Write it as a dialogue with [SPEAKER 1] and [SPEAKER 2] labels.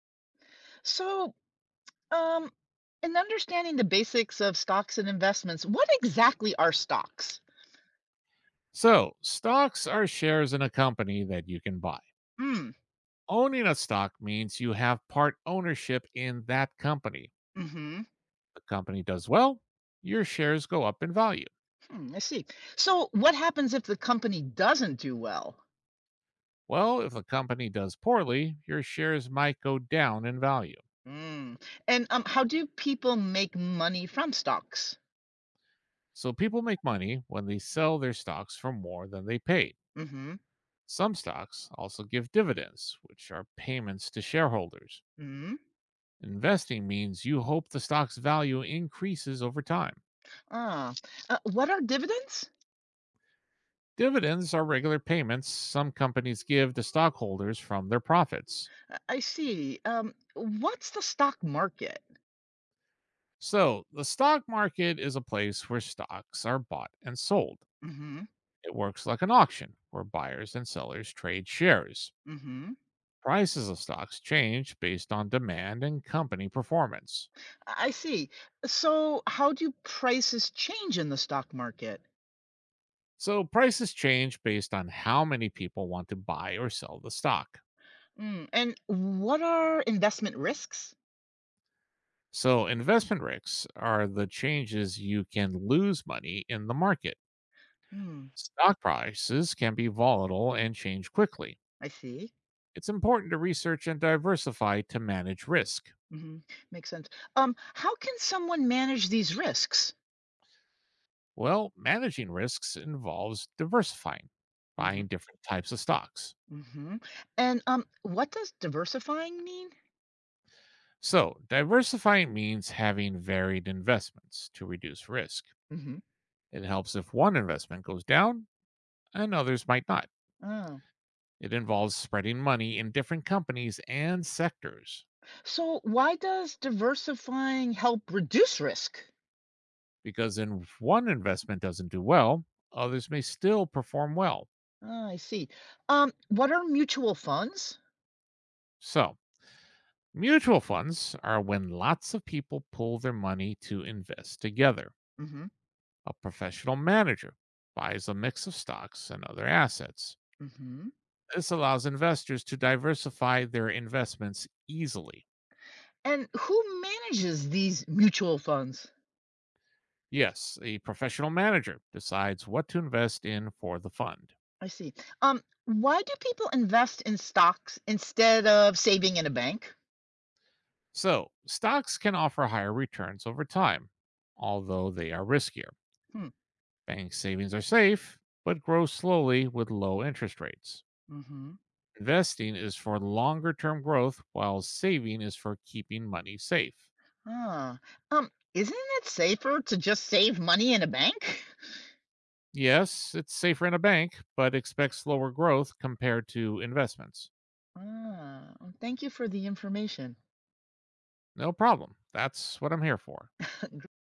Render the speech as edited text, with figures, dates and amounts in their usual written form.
[SPEAKER 1] So, um, in understanding the basics of stocks and investments, what exactly are stocks?
[SPEAKER 2] So, stocks are shares in a company that you can buy.
[SPEAKER 1] Mm.
[SPEAKER 2] Owning a stock means you have part ownership in that company.
[SPEAKER 1] Mm-hmm.
[SPEAKER 2] The company does well, your shares go up in value.
[SPEAKER 1] Hmm, I see. So, what happens if the company doesn't do well?
[SPEAKER 2] Well, if the company does poorly, your shares might go down in value.
[SPEAKER 1] Mm. And How do people make money from stocks?
[SPEAKER 2] So, people make money when they sell their stocks for more than they paid.
[SPEAKER 1] Mm-hmm.
[SPEAKER 2] Some stocks also give dividends, which are payments to shareholders.
[SPEAKER 1] Mm.
[SPEAKER 2] Investing means you hope the stock's value increases over time.
[SPEAKER 1] Ah. What are dividends?
[SPEAKER 2] Dividends are regular payments some companies give to stockholders from their profits.
[SPEAKER 1] I see. What's the stock market?
[SPEAKER 2] So, the stock market is a place where stocks are bought and sold.
[SPEAKER 1] Mm-hmm.
[SPEAKER 2] It works like an auction where buyers and sellers trade shares.
[SPEAKER 1] Mm-hmm.
[SPEAKER 2] Prices of stocks change based on demand and company performance.
[SPEAKER 1] I see. So, how do prices change in the stock market?
[SPEAKER 2] So, prices change based on how many people want to buy or sell the stock.
[SPEAKER 1] Mm. And what are investment risks?
[SPEAKER 2] So, investment risks are the changes you can lose money in the market.
[SPEAKER 1] Mm.
[SPEAKER 2] Stock prices can be volatile and change quickly.
[SPEAKER 1] I see.
[SPEAKER 2] It's important to research and diversify to manage risk.
[SPEAKER 1] Hmm. Makes sense. How can someone manage these risks?
[SPEAKER 2] Well, managing risks involves diversifying,
[SPEAKER 1] Hmm.
[SPEAKER 2] buying different types of stocks.
[SPEAKER 1] Hmm. And What does diversifying mean?
[SPEAKER 2] So, diversifying means having varied investments to reduce risk.
[SPEAKER 1] Hmm.
[SPEAKER 2] It helps if one investment goes down and others might not.
[SPEAKER 1] Oh.
[SPEAKER 2] It involves spreading money in different companies and sectors
[SPEAKER 1] So, why does diversifying help reduce risk?
[SPEAKER 2] because if one investment doesn't do well, others may still perform well.
[SPEAKER 1] Ah, I see. What are mutual funds?
[SPEAKER 2] So, mutual funds are when lots of people pool their money to invest together.
[SPEAKER 1] Hmm.
[SPEAKER 2] A professional manager buys a mix of stocks and other assets.
[SPEAKER 1] Hmm.
[SPEAKER 2] This allows investors to diversify their investments easily.
[SPEAKER 1] And who manages these mutual funds?
[SPEAKER 2] Yes, a professional manager decides what to invest in for the fund.
[SPEAKER 1] I see. Why do people invest in stocks instead of saving in a bank?
[SPEAKER 2] So, stocks can offer higher returns over time, although they are riskier.
[SPEAKER 1] Hmm.
[SPEAKER 2] Bank savings are safe, but grow slowly with low interest rates.
[SPEAKER 1] Mm-hmm.
[SPEAKER 2] Investing is for longer term growth, while saving is for keeping money safe.
[SPEAKER 1] Ah. Isn't it safer to just save money in a bank?
[SPEAKER 2] Yes, it's safer in a bank, but expect slower growth compared to investments.
[SPEAKER 1] Ah, well, thank you for the information.
[SPEAKER 2] No problem. That's what I'm here for.